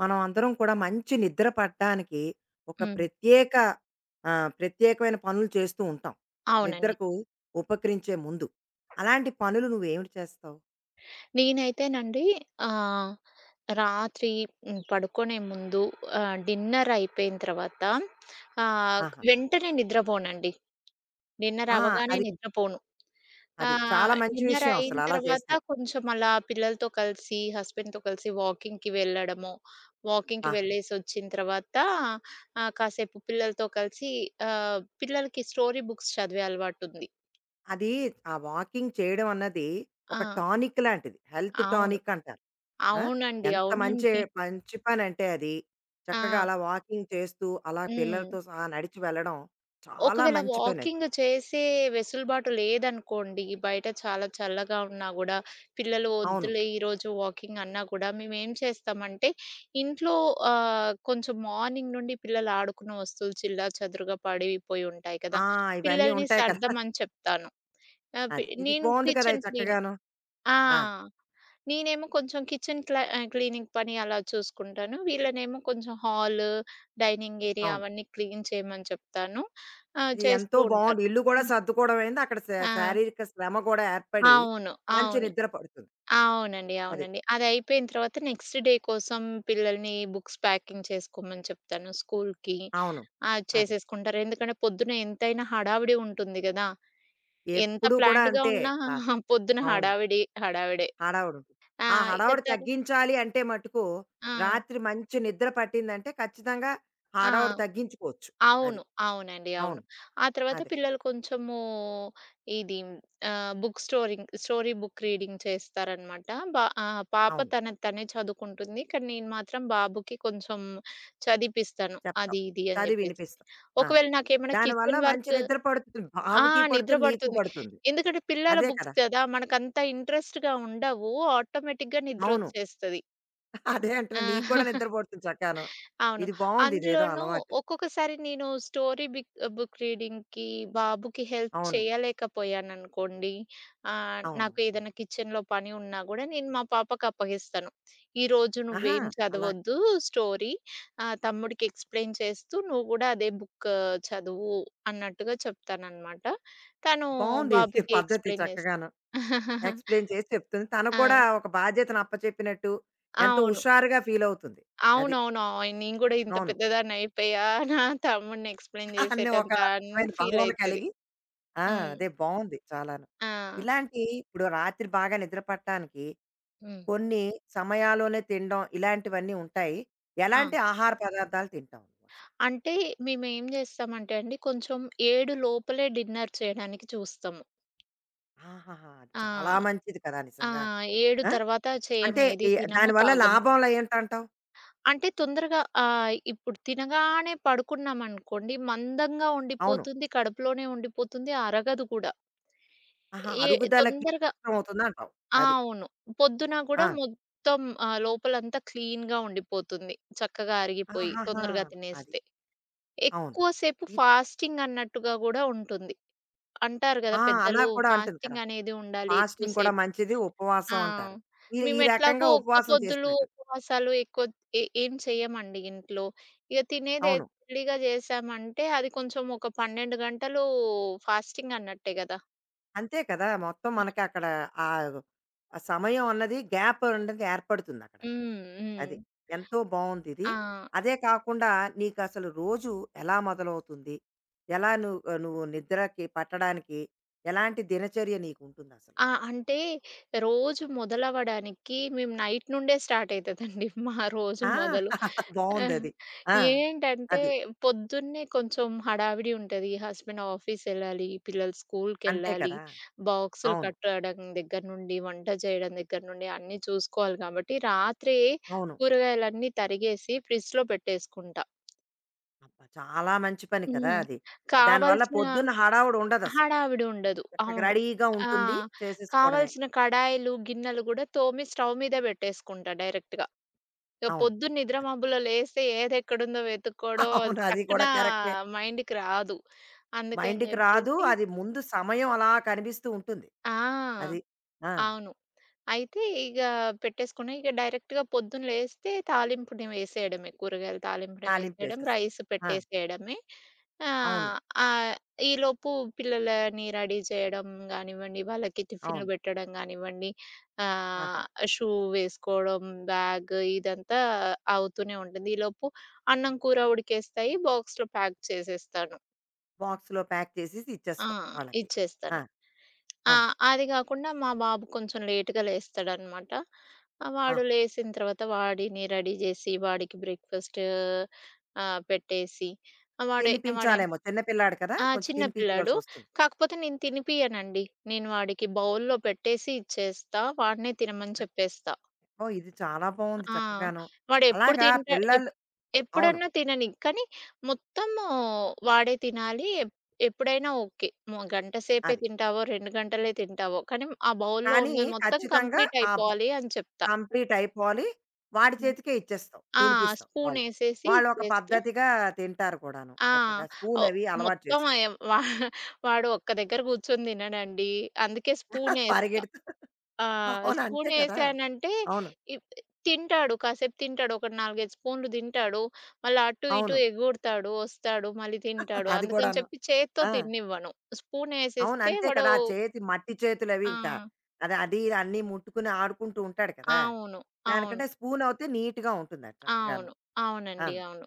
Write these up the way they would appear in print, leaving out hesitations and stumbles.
మనం అందరం కూడా మంచి నిద్ర పడడానికి ఒక హ్మ్. ఆ, ప్రత్యేకమైన పనులు చేస్తూ ఉంటాం. అవునండి. నిద్రకు ఉపకరించే ముందు అలాంటి పనులు నువ్వు ఏమిటి చేస్తావు? నేనైతేనండి ఆహ్, రాత్రి పడుకునే ముందు డిన్నర్ అయిపోయిన తర్వాత ఆహ్, ఆహా. వెంటనే నిద్రపోనండి. డిన్నర్ ఆ, అవ్వగానే అది నిద్రపోను. అది చాలా మంచి డిన్నర్ విషయం అయిన అసలు అలా తర్వాత చేస్తే. కొంచెం అలా పిల్లలతో కలిసి, హస్బెండ్‌తో కలిసి వాకింగ్‌కి వెళ్ళడము, వాకింగ్‌కి ఆహా. వెళ్ళేసొచ్చిన తర్వాత కాసేపు పిల్లలతో కలిసి పిల్లలకి స్టోరీ బుక్స్ చదివే అలవాటుంది. అది ఆ వాకింగ్ చేయడం అన్నది ఆ! ఒక టానిక్ లాంటిది, హెల్త్ అవును. టానిక్ అంటారు. ఆ? అవునండి. ఎంత మంచి అవునండి. మంచి పని అంటే అది, ఆ! చక్కగా అలా వాకింగ్ చేస్తూ అలా హ్మ్. పిల్లలతో సహా నడిచి వెళ్ళడం, చాలా ఒకవేళ మంచి పని అది. వాకింగ్ చేసే వెసులుబాటు లేదనుకోండి, బయట చాలా చల్లగా ఉన్నా గూడా, పిల్లలు అవును. వద్దులే ఈరోజు వాకింగ్ అన్నా గూడా, మేమేం చేస్తామంటే, ఇంట్లో కొంచెం మార్నింగ్ నుండి పిల్లలు ఆడుకున్న వస్తువులు చిల్లాచెదురుగా పడిపోయి ఉంటాయి ఆ! కదా! ఇవన్నీ పిల్లల్ని ఉంటాయి కదా! సర్దమని చెప్తాను. ఆహ్, పి అది. ఇది నేను బావుంది కదా! కిచెన్ ఇది క్లీనింగ్. చక్కగాను. ఆ! ఆ! నేనేమో కొంచెం క్లీనింగ్ పని అలా చూసుకుంటాను. వీళ్ళనేమో కొంచెం హాలు, డైనింగ్ ఏరియా అవును. అవన్నీ క్లీన్ చేయమని చెప్తాను. ఇది ఎంతో చేస్తూ బావుంది. ఉంటారు. ఇల్లు కూడా హ్మ్. సర్దుకోవడం అయింది. అక్కడ ఆ! శారీరక శ్రమ కూడా ఏర్పడి అవును. మంచి అవును. నిద్ర పడుతుంది. అవునండి. అది. అవునండి. అదయిపోయిన తర్వాత నెక్స్ట్ డే కోసం పిల్లల్ని బుక్స్ ప్యాకింగ్ చేసుకోమని చెప్తాను స్కూల్‌కి. అవును. అది అదే. చేసేసుకుంటారు. ఎందుకంటే పొద్దున ఎంతైనా హడావిడి ఉంటుంది గదా! ఎంత ఎప్పుడూ కూడా ప్లాన్డ్‌గా అంతే. ఉన్నా ఆ! పొద్దున అవును. హడావిడి, హడావిడే. హడావుడి ఉంటుంది. ఆ! ఆ ఇక హడావుడి తరు తగ్గించాలి అంటే మటుకు ఆ! రాత్రి మంచి నిద్ర పట్టిందంటే ఖచ్చితంగా ఆ! హడావుడి తగ్గించుకోవచ్చు. అది. అవును. అవునండి. అవును. అవును. ఆ తర్వాత అదే. పిల్లలు కొంచెము ఇది ఆహ్, book storing story book reading చేస్తారనమాట. పాప అవును. తనది తనే చదువుకుంటుంది. కానీ నేను మాత్రం బాబుకి కొంచెం చదివిపిస్తాను. చెప్తావు. అది, ఇది అని చదివి జెప్పేసి. వినిపిస్తావు. ఆ! ఒకవేళ నాకేమైనా దానివల్ల కిచెన్ మంచి వర్క్. నిద్ర పడుతుంది. ఆ! బావకి నిద్ర పడుతుంది. నీకు పడుతుంది. పడుతుంది. ఎందుకంటే పిల్లల అదే కదా! బుక్స్ కదా! మనకంత ఇంట్రెస్ట్‌గా ఉండవు. ఆటోమేటిక్‌గా అవును. నిద్రొచ్చేస్తది. అదే అంటున్నా. ఆ! నీకు కూడా నిద్ర పడుతుంది చక్కాను. అవును. ఇది బావుంది. ఇదేదో అందులోనూ అలవాటు. ఒక్కొక్కసారి నేను స్టోరీ బిక్ బుక్ రీడింగ్‌కి, బాబుకి హెల్ప్ అవును. చేయలేకపోయాననుకోండి, అవును. నాకు ఏదైనా కిచెన్‌లో పని ఉన్నా గూడా నేను మా పాపకి అప్పగిస్తాను. ఈరోజు ఆహా! నువ్వేం అలా చదవొద్దు, స్టోరీ తమ్ముడికి ఎక్స్‌ప్లెయిన్ చేస్తూ నువ్వు గూడా అదే బుక్ చదువు అన్నట్టుగా చెప్తాననమాట. తను బావుంది ఇది బాబుకి పద్ధతి ఎక్స్‌ప్లెయిన్ చేస్త చక్కగాను. ఎక్స్‌ప్లెయిన్ చేసి చెప్తుంది. తను ఆ! కూడా ఒక బాధ్యతను అప్పచెప్పినట్టు ఎంతో అవును. హుషారుగా ఫీల్ అవుతుంది. అది. అవునవును. నేను గూడా ఇంత అవును. పెద్దదాన్ని అయిపోయా, నా తమ్ముడిని ఎక్స్‌ప్లెయిన్ అన్నీ ఒక చేసేటంత అని రకమైన ఫీల్ భావన అయితది. కలిగి. ఆ! హ్మ్. అదే బావుంది చాలాను. ఆ! ఇలాంటి ఇప్పుడు రాత్రి బాగా నిద్ర పట్టడానికి హ్మ్. కొన్ని సమయాల్లోనే తినడం ఇలాంటివన్నీ ఉంటాయి. ఆ! ఎలాంటి ఆహార పదార్థాలు తింటావు నువ్వసలు? అంటే మేమేం చేస్తామంటే అండి, కొంచెం 7 లోపలే డిన్నర్ చేయడానికి చూస్తాము. ఆహాహా! అది ఆ! చాలా మంచిది కదా ఆ! నిజంగా. 7 ఆ! తర్వాత చేయము. అంటే ఏది ఈ తినము, దానివల్ల తాగము. లాభాలు ఏంటంటావు? అంటే తొందరగా ఇప్పుడు తినగానే పడుకున్నామనుకోండి, మందంగా అవును. ఉండిపోతుంది, కడుపులోనే ఉండిపోతుంది, అరగదు కూడా. ఆహా! ఏ అరుగుదలకి తొందరగా కష్టమవుతుందంటావు. ఆ! అది. అవును. పొద్దున ఆ! గూడా మొత్తం లోపలంతా క్లీన్‌గా ఉండిపోతుంది. చక్కగా అరిగిపోయి ఆహాహా! తొందరగా అది. తినేస్తే. అవును. ఎక్కువ సేపు ఇది ఫాస్టింగ్ అన్నట్టుగా గూడా ఉంటుంది. అంటారు గదా! ఆ! అలా పెద్దలు కూడా అంటుంది కదా! ఫాస్టింగ్ అనేది ఉండాలి ఎక్కువ ఫాస్టింగ్ కూడా సేపు. మంచిది, ఆ! ఉపవాసం అంటారు. ఈ ఈ మేమెట్లాగో రకంగా ఒక్క ఉపవాసం పొద్దులు, చేసినట్టు. ఉపవాసాలు ఎక్కువ ఏం చెయ్యమండి ఇంట్లో. ఇగ అవును. తినేదేదో ఎర్లీగా జేశామంటే అది కొంచెం ఒక 12 గంటలు ఫాస్టింగ్ అన్నట్టే గదా! అంతే కదా! మొత్తం మనకి అక్కడ ఆహ్, ఆ సమయం అన్నది గ్యాప్ అన్నది ఏర్పడుతుందక్కడ. హ్మ్. అది. హ్మ్. ఎంతో బావుందిది. ఆ! అదే కాకుండా నీకసలు రోజు ఎలా మొదలవుతుంది? ఎలా నువ్వు నువ్వు నిద్రకి పట్టడానికి ఎలాంటి దినచర్య నీకుంటుందసలు? ఆ! అంటే రోజు మొదలవ్వడానికి మేము నైట్ నుండే స్టార్ట్ అయితదండి మా రోజు ఆ! మొదలు. ఆహ్, బావుందది. ఆ! ఏంటంటే అది. పొద్దున్నే కొంచెం హడావిడి ఉంటది. హస్బెండ్ ఆఫీసెళ్ళాలి, పిల్లలు అంతే స్కూల్‌కెళ్ళాలి, కదా! బాక్సులు అవును. కట్టడం దగ్గర నుండి, వంట చేయడం దగ్గర నుండి అన్నీ చూసుకోవాలి కాబట్టి రాత్రే అవును. కూరగాయలన్నీ తరిగేసి ఫ్రిడ్జ్‌లో పెట్టేసుకుంటా. అబ్బా! చాలా మంచి పని కదా! హ్మ్. అది. దానివల్ల కావాల్సిన పొద్దున్న హడావుడుండదసలు. హడావిడి ఉండదు. చక్కగా అవును. రెడీగా ఆ! ఉంటుంది. చేసేసుకోవడమే. కావాల్సిన కడాయిలు, గిన్నెలు గూడా తోమి స్టవ్ మీదే బెట్టేసుకుంటా డైరెక్ట్‌గా. ఇగ అవును. పొద్దున్న నిద్ర అది. మబ్బులో లేస్తే ఏదెక్కడుందో వెతుక్కోవడం అవును. అది టక్కున కూడా కరెక్టే. మైండ్‌కి రాదు. అందుకని మైండ్‌కి రాదు. జెప్పేసి అది ముందు సమయం అలా కనిపిస్తూ ఉంటుంది. ఆ! అది. ఆ! అవును. అయితే ఇగ పెట్టేసుకుని, ఇక డైరెక్ట్‌గా పొద్దున లేస్తే తాలింపుని వేసేయడమే. కూరగాయల తాలింపుని వేసేయడం, తాలింపేసేస్తాం. రైస్ ఆ! పెట్టేసేయడమే. అవును. ఆహ్, ఆహ్, ఈలోపు పిల్లలని రెడీ చేయడం గానివ్వండి, వాళ్ళకి టిఫిన్‌లు అవును. పెట్టడం గానివ్వండి, ఆహా! ఆహ్, షూ వేసుకోవడం, బ్యాగ్ ఇదంతా అవుతూనే ఉంటుంది. ఈలోపు అన్నం, కూర ఉడికేస్తాయి. బాక్స్‌లో ప్యాక్ చేసేస్తాను. బాక్స్‌లో ప్యాక్ చేసేసి ఆ! ఇచ్చేస్తాం వాళ్ళకి. ఆ! ఇచ్చేస్తాను. ఆ! ఆ! అది గాకుండా మా బాబు కొంచెం లేట్‌గా లేస్తాడనమాట. వాడు ఆహా! లేసిన తర్వాత వాడిని రెడీ జేసి, వాడికి బ్రేక్‌ఫాస్ట్ పెట్టేసి వాడే వాడే. తినిపించాలేమో, చిన్న పిల్లాడు కదా! ఆ! కొంచెం చిన్న పిల్లాడు. తినిపించవలసొస్తుంది. కాకపోతే నేను తినిపియనండి. నేను వాడికి బౌల్‌లో పెట్టేసి ఇచ్చేస్తా. వాడినే తినమని అది. చెప్పేస్తా. ఓహ్! ఇది చాలా బావుంది ఆ! చక్కగాను. వాడెప్పుడు అలాగా తింటా పిల్లలు. అవును. ఎప్పుడన్నా తినని. కానీ, మొత్తము వాడే తినాలి. ఎప్పుడైనా ఓకే. గంట సేపే అది. తింటావో, 2 గంటలే తింటావో, కానీ ఆ బౌల్‌లో కానీ ఉన్నది మొత్తం ఖచ్చితంగా కంప్లీట్ ఆ బ్ అయిపోవాలి అని చెప్తా. కంప్లీట్ అయిపోవాలి. వాడి హ్మ్. చేతికే ఇచ్చేస్తాం. ఆ! తినిపిస్తాం వాళ్ళు. స్పూనేసేసి వాళ్ళొక ఇచ్చేస్తా. పద్ధతిగా తింటారు కూడాను. ఆ! చక్కగా ఓహ్! స్పూనవి అలవాటు మొత్తం చేసాం. అయం వా వాడు ఒక్క దగ్గర కూర్చొని తినడండి. అందుకే స్పూనేస్తా. పరిగెడుతూ. ఆ! అవును. అంతే కదా! స్పూనేసానంటే అవును. ఇప్ తింటాడు. కాసేపు తింటాడు. ఒక 4, 5 స్పూన్లు తింటాడు. మళ్ళీ అటు ఇటు అవును. ఎగురుతాడు. వస్తాడు. మళ్ళీ తింటాడు. అది అందుకని కూడాను. చెప్పి చేత్తో ఆ! తిననివ్వను. అవును. స్పూనేసేస్తే అంతే వాడు కదా! ఆ చేతి మట్టి చేతులవి ఆ! ఇంకా. అది అది ఇది అన్నీ ముట్టుకుని ఆడుకుంటూ ఉంటాడు కదా! అవును. అవును. దానికంటే స్పూనవుతే నీట్‌గా ఉంటుందది చక్కగాను. అవును. అవునండి. అవును. అవును.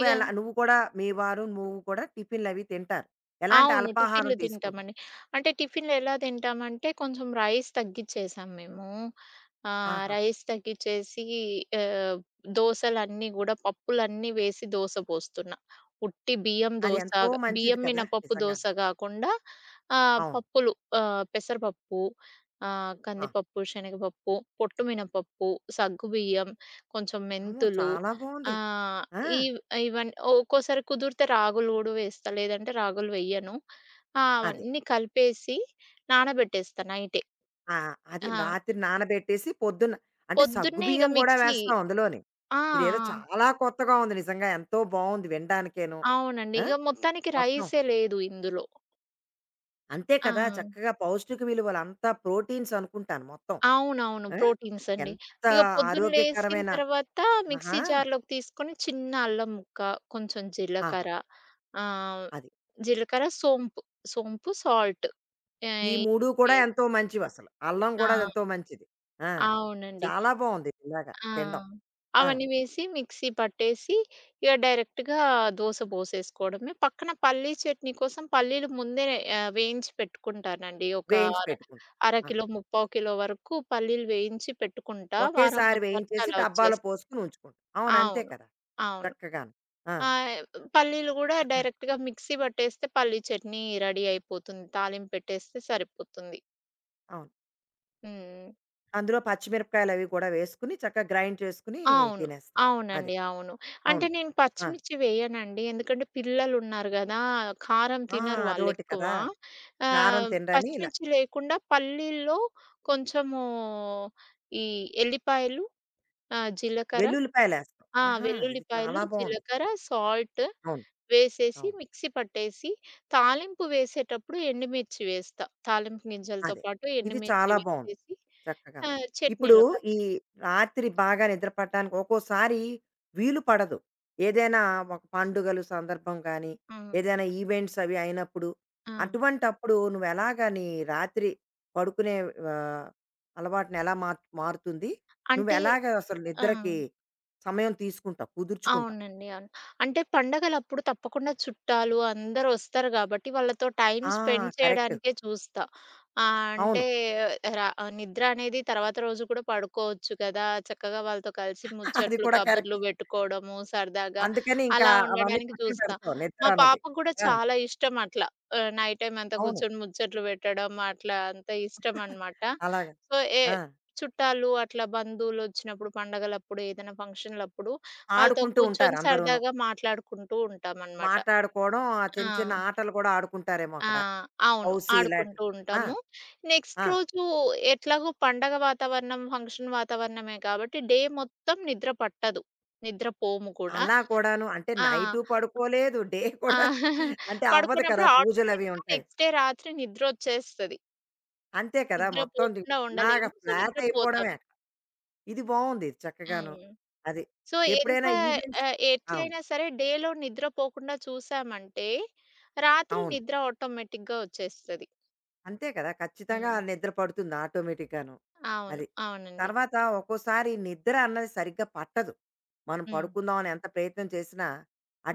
ఇగ నువ్వు కూడా, మీ వారు నువ్వు కూడా టిఫిన్‌లవి తింటారు. ఎలాంటి అవును. అల్పాహారం టిఫిన్‌లు తీసుకుంటావు? తింటామండి. అంటే టిఫిన్‌లు ఎలా తింటామంటే కొంచెం రైస్ తగ్గిచ్చేసాం మేము. ఆహాహా! రైస్ తగ్గిచ్చేసి ఆహ్, దోసలన్నీ గూడా పప్పులన్నీ వేసి దోస పోస్తున్నా. ఉట్టి బియ్యం అది దోస, ఎంతో మంచిది బియ్యం కదా! మినపప్పు నిజంగాను. దోస గాకుండా అవును. పప్పులు పెసరపప్పు, ఆ! కందిపప్పు, శనగపప్పు, పొట్టు మినపప్పు, సగ్గుబియ్యం, కొంచెం అమ్మో! మెంతులు. చాలా ఆ! బావుంది. ఆ! ఇవ్ ఇవన్ ఒక్కోసారి కుదిరితే రాగులు గూడా వేస్తా. లేదంటే రాగులు వెయ్యను. ఆ! అదే. అవన్నీ కలిపేసి నానబెట్టేస్తా నైటే. ఆ! అది ఆ! రాత్రి నానబెట్టేసి పొద్దున్న. అంటే పొద్దున్నే ఇగ సగ్గుబియ్యం గూడా మిక్సీ. వేస్తాం అందులోని. ఆ! ఇదేదో చాలా కొత్తగా ఉంది నిజంగా. ఎంతో బావుంది వినడానికేను. ఆ! అవునండి. ఆ! ఇగ మొత్తానికి మొత్తం రైసే లేదు ఇందులో. అంతే ఆ! కదా! చక్కగా పౌష్టిక విలువలు అంతా ప్రోటీన్స్ అనుకుంటాను మొత్తం. అవునవును. ఆ! ప్రోటీన్స్ అండి. ఎంత ఇగ పొద్దున లేసిన ఆరోగ్యకరమైన. తర్వాత ఆహా! మిక్సీ జార్‌లోకి తీసుకొని చిన్న అల్లం ముక్క, కొంచెం ఆహా! జీలకర్ర, ఆహ్, అది. జీలకర్ర, సోంపు, సోంపు, సాల్ట్ ఈ ఆహ్, 3 కూడా వేసి ఎంతో మంచివసలు. అల్లం గూడా ఆ! ఎంతో మంచిది. ఆ! అవునండి. చాలా బావుంది ఇలాగ ఆ! తినడం. ఆ! అవన్నీ వేసి మిక్సీ పట్టేసి, ఇక డైరెక్ట్‌గా దోస పోసేసుకోవడమే. పక్కన పల్లీ చట్నీ కోసం పల్లీలు ముందే వేయించి పెట్టుకుంటానండి. ఒక వేయించి అర, పెట్టుకుంటాం. అర ఆహా! కిలో, ముప్పావు కిలో వరకు పల్లీలు వేయించి పెట్టుకుంటా. వారం ఒకేసారి మొత్తానికి వేయించేసి అలా డబ్బాలో వచ్చేస్తది. పోసుకుని ఉంచుకుంటాం. అవును, అంతే అవును. కదా! అవును. చక్కగాను. ఆ! ఆహ్, పల్లీలు గూడా డైరెక్ట్‌గా మిక్సీ పట్టేస్తే పల్లీ చట్నీ రెడీ అయిపోతుంది. తాలింపెట్టేస్తే సరిపోతుంది. అవును. హ్మ్. అందులో పచ్చిమిరపకాయలు అవి కూడా వేసుకుని చక్కగా గ్రైండ్ చేసుకొని అవును. తినేస్తాం. అది. అవునండి. అవును. అంటే అవును. నేను ఆ! పచ్చిమిర్చి వేయనండి. ఎందుకంటే పిల్లలున్నారు గదా! కారం ఆ! తినరు అదోటి వాళ్ళెక్కువ. కదా! కారం తినరని ఇలా పచ్చిమిర్చి లేకుండా పల్లీల్లో కొంచెము ఈ ఎల్లిపాయలు, జీలకర్ర. వెల్లుల్లిపాయలేస్తాం. ఆ! ఆహా! ఇది వెల్లుల్లిపాయలు, చాలా బావుంది. జీలకర్ర, సాల్ట్ అవును. వేసేసి అవును. మిక్సీ పట్టేసి, తాలింపు వేసేటప్పుడు ఎండుమిర్చి వేస్తా. తాలింపు గింజలతో అదే. పాటు ఇది ఎండుమిర్చి చాలా బావుంది. వేసేసి చక్కగాను. ఇప్పుడు చట్నీలో ఈ కలిపేస్తా. రాత్రి బాగా నిద్ర పట్టడానికి ఒక్కోసారి వీలు పడదు. ఏదైనా ఒక పండుగలు సందర్భం గానీ, హ్మ్. ఏదైనా ఈవెంట్స్ అవి అయినప్పుడు, ఆ! అటువంటప్పుడు నువ్వెలాగా నీ రాత్రి పడుకునే ఆహ్, అలవాటుని ఎలా మారుతుంది? అంటే నువ్వెలాగా అసలు ఆ! నిద్రకి సమయం తీసుకుంటావు? కుదుర్చుకుంటావు? అవునండి. అవును. అంటే పండగలప్పుడు తప్పకుండా చుట్టాలు అందరూ ఒస్తారు గాబట్టి, వాళ్ళతో టైమ్ ఆ! Spend correct. చేయడానికే చూస్తా. అంటే అవును. రా నిద్ర అనేది తర్వాత రోజు కూడా పడుకోవచ్చు కదా! చక్కగా వాళ్ళతో కలిసి అది ముచ్చట్లు, కూడా కరెక్ట్. కబుర్లు బెట్టుకోవడము, సరదాగా అందుకని ఇంకా అలా అవన్నీ ఉండడానికి పక్కన చూస్తా. పెడతావు నిద్ర మా అన్నది. పాపకు గూడా ఆ! చాలా ఇష్టం అట్లా. నైట్ టైమ్ అంతా అవును. కూర్చొని ముచ్చట్లు పెట్టడం అట్లా అంతా ఇష్టమనమాట. అలాగా. సో, ఏ ఆ! చుట్టాలు అట్లా బంధువులొచ్చినప్పుడు, పండగలప్పుడు, ఏదైనా ఫంక్షన్‌లప్పుడు వాళ్ళతో ఆడుకుంటూ ఉంటారు కూర్చొని అందరూను. సరదాగా మాట్లాడుకుంటూ ఉంటామనమాట. మాటాడుకోవడం, ఆ చిన్న, చిన్న ఆ! ఆటలు కూడా ఆడుకుంటారేమో ఆ! అక్కడ. అవును. హౌసీ ఇలాంటివి. ఆడుకుంటూ ఆ! ఉంటాము. నెక్స్ట్ ఆ! రోజు ఎట్లాగో పండగ వాతావరణం, ఫంక్షన్ వాతావరణమే కాబట్టి డే మొత్తం నిద్ర పట్టదు. నిద్రపోము కూడా. అలా కూడాను. అంటే ఆ! నైటు పడుకోలేదు. డే ఆ! కూడా అంటే అవ్వదు కదా! పడుకున్నప్పుడు పూజలవి ఆటోమేటిక్‌గా ఉంటాయి. నెక్స్ట్ డే రాత్రి నిద్రొచ్చేస్తది. అంతే కదా! మొత్తం ది నిద్రపోకుండా ఇలాగ ఉండలేము. సో, ఫ్లాట్ నిద్రపోతాం. అయిపోవడమే. ఇది బావుంది. చక్కగాను. హ్మ్. అది. సో, ఎంత ఎప్పుడైనా ఈవెంట్స్. అవును. ఎట్లైనా సరే డేలో నిద్రపోకుండా చూసామంటే, రాత్రి అవును. నిద్ర ఆటోమేటిక్‌గా వచ్చేస్తది. అంతే కదా! ఖచ్చితంగా హ్మ్. నిద్ర పడుతుంది ఆటోమేటిక్‌గాను. అవును. అది. అవునండి. తర్వాత ఒక్కోసారి నిద్ర అన్నది సరిగ్గా పట్టదు. మనం హ్మ్. పడుకుందాం అని ఎంత ప్రయత్నం చేసినా,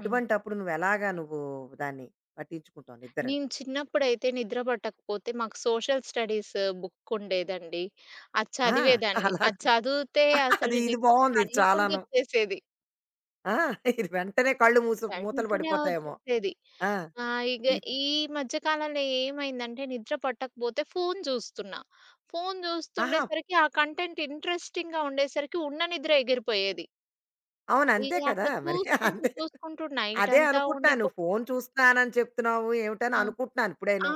హ్మ్. నువ్వెలాగా నువ్వు ఎలాగా నువ్వు దాన్ని పట్టించుకుంటావు నిద్రని? నేను చిన్నప్పుడైతే నిద్ర పట్టకపోతే మాకు సోషల్ స్టడీస్ బుక్ ఉండేదండి. అది ఆ! చదివేదాన్ని. అలా అది కూడా. చదివితే అది అసలు ఇది నిద్ర బావుంది ఇది తన్నుకుంటూ చాలాను. వచ్చేసేది. ఆ! ఇది వెంటనే కళ్ళు మూతలు వెంటనే పడిపోతాయేమో. వచ్చేసేది. ఆ! ఇగ ఇప్ ఈ మధ్య కాలంలో ఏమైందంటే నిద్ర పట్టకపోతే ఫోను జూస్తున్నా. ఫోను ఆహా! జూస్తుండేసరికి ఆ కంటెంట్ ఇంట్రెస్టింగ్‌గా ఉండేసరికి ఉన్న నిద్ర ఎగిరిపోయేది. అవును. ఇగ అంతే కదా! అట్లా మరి చూసుకుంటూ, అంతే. చూసుకుంటూ నైట్ అదే అంతా అనుకుంటున్నాను. ఉండిపో. నువ్వు ఫోను చూస్తున్నానని చెప్తున్నావు ఏమిటని ఆ! అనుకుంటున్నాను ఆ! ఇప్పుడేను.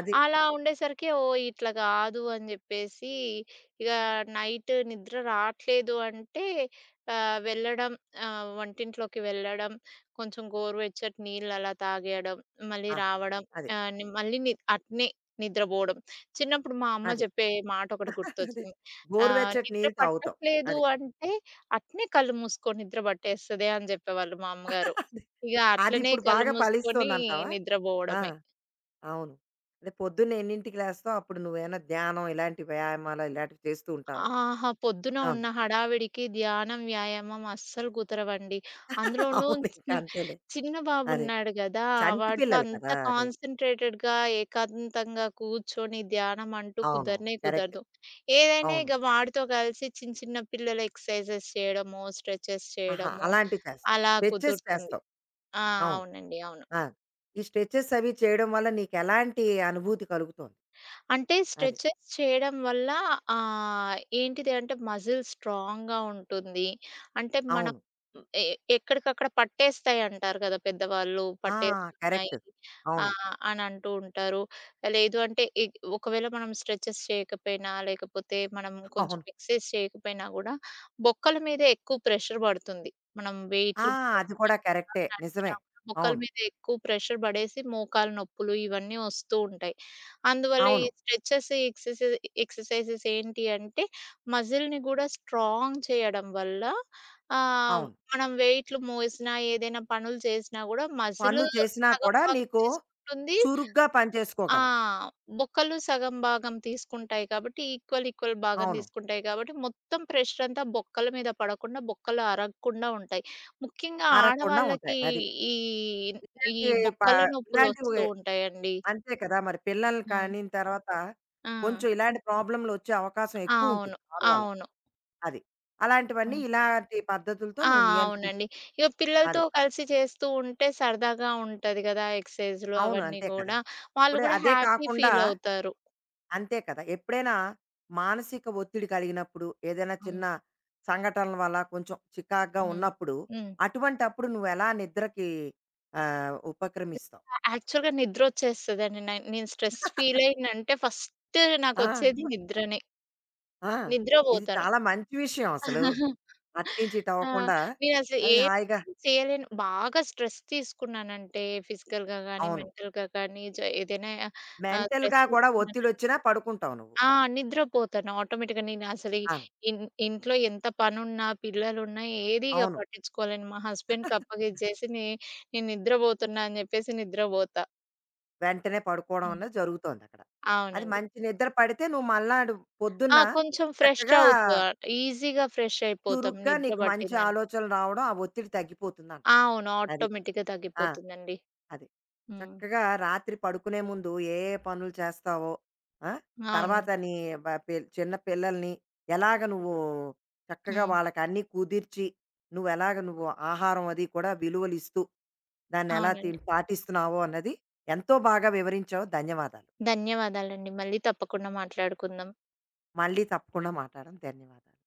అది. అలా ఉండేసరికి ఓహ్! ఇట్లా గాదు అని జెప్పేసి, ఇగ నైట్ నిద్ర రాట్లేదు అంటే ఆహ్, వెళ్ళడం వంటింట్లోకి వెళ్ళడం, కొంచెం గోరువెచ్చటి నీళ్ళు అలా తాగేయడం, మళ్ళీ ఆహాహా! రావడం అది. ఆహ్, ని మళ్ళీ ని అట్నే నిద్రబోవడం. చిన్నప్పుడు మా అమ్మ అది. జెప్పే మాటొకటి అదే. గుర్తొచ్చింది. గోరువెచ్చటి నిద్ర నీళ్ళు తాగుతావు. పట్టట్లేదు అది. అంటే అట్నే కళ్ళు మూసుకో నిద్ర పట్టేస్తది అని జెప్పేవాళ్ళు మా అమ్మగారు. అదే. ఇగ అట్లనే అదిప్పుడు కళ్ళు బాగా మూసుకొని ఫలిస్తోందంటావా? ఆ! నిద్రబోవడమే. అవును. అదే, పొద్దున్న ఎన్నింటికి లేస్తావు? అప్పుడు నువ్వేమైనా ధ్యానం ఇలాంటి వ్యాయామాలు ఇలాంటివి చేస్తూ ఉంటావా? ఆహా! పొద్దున అవును. ఉన్న హడావిడికి ధ్యానం, వ్యాయామం అస్సలు కుదరవండి. అందులోనూ అవును. ఇంక చి- అంతేలే. చిన్న అదే. బాబున్నాడు గదా! చంటి వాడితో పిల్లలు అంత కదా! అదే. కాన్సంట్రేటెడ్‌గా, ఏకాంతంగా కూర్చొని ధ్యానం అంటూ అవునవును. కుదరనే కరెక్ట్. కుదరదు. ఏదైనా అవును. ఇగ వాడితో కలిసి చిన్న చిన్న పిల్లల ఎక్సర్సైజెస్ చేయడమో, స్ట్రెచెస్ ఆహా! చేయడమో అలాంటివి చేస్తావు. అలా స్ట్రెచెస్ కుదురుతుంది. చేస్తావు. ఆ! అవును. అవునండి. అవును. ఆ! ఈ స్ట్రెచెస్ అవి చేయడం వల్ల నీకెలాంటి అనుభూతి కలుగుతోంది? అంటే అది. స్ట్రెచెస్ చేయడం వల్ల ఏంటిది అంటే మజిల్ స్ట్రాంగ్‌గా ఉంటుంది. అంటే మనం అవును. ఎ ఎక్కడికక్కడ పట్టేస్తాయి అంటారు కదా! పెద్దవాళ్ళు ఆ! పట్టేస్తున్నాయి కరెక్ట్. అవును. అని అంటూ ఉంటారు. లేదు అంటే ఒకవేళ మనం స్ట్రెచెస్ చేయకపోయినా, లేకపోతే మనం కొంచెం అవును. ఎక్సర్‌సైజ్ చేయకపోయినా కూడా బొక్కల మీద ఎక్కువ ప్రెషర్ పడుతుంది. మనం ఆ! వెయిట్లు అది కూడా ఆ! కరెక్టే. నిజమే. నడిచినా కూడా మోకాళ్ళ అవును. మీద ఎక్కువ ప్రెషర్ పడేసి మోకాలు నొప్పులు ఇవన్నీ వస్తూ ఉంటాయి. అందువల్ల ఈ అవును. స్ట్రెచెస్ ఎక్సర్‌సై ఎక్సర్‌సైజెస్ ఏంటి అంటే మజిల్‌ని గూడా స్ట్రాంగ్ చేయడం వల్ల ఆహ్, అవును. మనం వెయిట్లు మోసినా ఏదైనా పనులు చేసినా గూడా మజిల్ పనులు చేసినా సగం కూడా వర్క్ నీకు చేసుకుంటుంది. చురుగ్గా పని ఆ! చేసుకోగలవు. బొక్కలు సగం భాగం తీసుకుంటాయి కాబట్టి, ఈక్వల్, ఈక్వల్ భాగం అవును. తీసుకుంటాయి కాబట్టి, మొత్తం ప్రెషర్ అంతా బొక్కల మీద పడకుండా, బొక్కలు అరగకుండా ఉంటాయి. ముఖ్యంగా ఆరకుండా ఉంటాయి. ఆడవాళ్ళకి అది. ఈ, ఈ ఇలాంటి ప బొక్కల నొప్పులొస్తూ ఇలాంటివి ఉంటాయండి. అంతే కదా! మరి పిల్లల్ని హ్మ్. కనిన తర్వాత ఆ! కొంచెం ఇలాంటి ప్రాబ్లమ్‌లొచ్చే అవకాశం అవును. ఎక్కువుంటుంది ఆడవాళ్ళకి. అవును. అది. అలాంటివన్నీ హ్మ్. ఇలాంటి పద్ధతులతో ఆ! నువ్వు అవునండి. ఇగ పిల్లలతో అది. కలిసి చేస్తూ ఉంటే సరదాగా ఉంటది గదా! ఎక్సర్‌సైజులు అవును. అవన్నీ అంతే కదా! గూడా. వాళ్ళు ఇప్పుడు గూడా అదే హ్యాపీ కాకుండా ఫీలవుతారు. అంతే కదా! ఎప్పుడైనా మానసిక ఒత్తిడి కలిగినప్పుడు, ఏదైనా హ్మ్. చిన్న సంఘటనల వల్ల కొంచెం చికాకుగా హ్మ్. ఉన్నప్పుడు, హ్మ్. అటువంటప్పుడు నువ్వెలా నిద్రకి ఉపక్రమిస్తావు? యాక్చువల్‌గా నిద్రొచ్చేస్తదండి. నేను స్ట్రెస్ ఫీల్ అయ్యానంటే ఫస్ట్ ఆ! నాకొచ్చేది నిద్రనే. ఆ! ఇది నిద్రపోతాను. చాలా మంచి విషయం అసలు. అట్నుంచి ఆ! ఇటవ్వకుండా నేనసలు అది ఏం హాయిగా. చేయలేను. బాగా స్ట్రెస్ తీసుకున్నానంటే ఫిజికల్‌గా గానీ, అవును. మెంటల్‌గా గానీ ఏదైనా స్ట్రెస్ మెంటల్‌గా కూడా తీసుకున్నానంటే ఒత్తిడొచ్చినా పడుకుంటావు నువ్వు. ఆ! నిద్రపోతాను ఆటోమేటిక్‌గా. నేను అసలు ఆ! ఇన్ ఇంట్లో ఎంత పనున్నా, పిల్లలున్నా ఏది ఇగ అవును. పట్టించుకోలేను. మా హస్బెండ్‌కి అప్పగించేసి నేను నిద్రపోతున్నా అని జెప్పేసి నిద్రపోతా. వెంటనే పడుకోవడం హ్మ్. అనేది జరుగుతోందక్కడ. అది అవునండి. మంచి నిద్ర పడితే నువ్వు మల్నాడు పొద్దున్న ఆ! కొంచెం ఫ్రెష్ చక్కగా, అవుతా. ఈజీగా ఫ్రెష్ అయిపోతాం చురుగ్గా నిద్ర నీకు మంచి పట్టిందంటే. ఆలోచనలు రావడం, ఆ ఒత్తిడి తగ్గిపోతుందంటావు. అవును. అది. ఆటోమేటిక్‌గా ఆ! తగ్గిపోతుందండి. అది. హ్మ్. చక్కగా రాత్రి పడుకునే ముందు ఏ పనులు చేస్తావో, ఆ! తర్వాత అవునండి. నీ బ పి చిన్న పిల్లల్ని ఎలాగ నువ్వు చక్కగా హ్మ్. వాళ్ళకన్నీ కుదిర్చి, నువ్వెలాగ నువ్వు ఆహారం అది కూడా విలువలిస్తూ, దాన్నెలా అవునండి. పాటిస్తున్నావో అన్నది ఎంతో బాగా వివరించావు. ధన్యవాదాలు. ధన్యవాదాలండి. మళ్ళీ తప్పకుండా మాట్లాడుకుందాం. మళ్ళీ తప్పకుండా మాట్లాడదాం. ధన్యవాదాలు.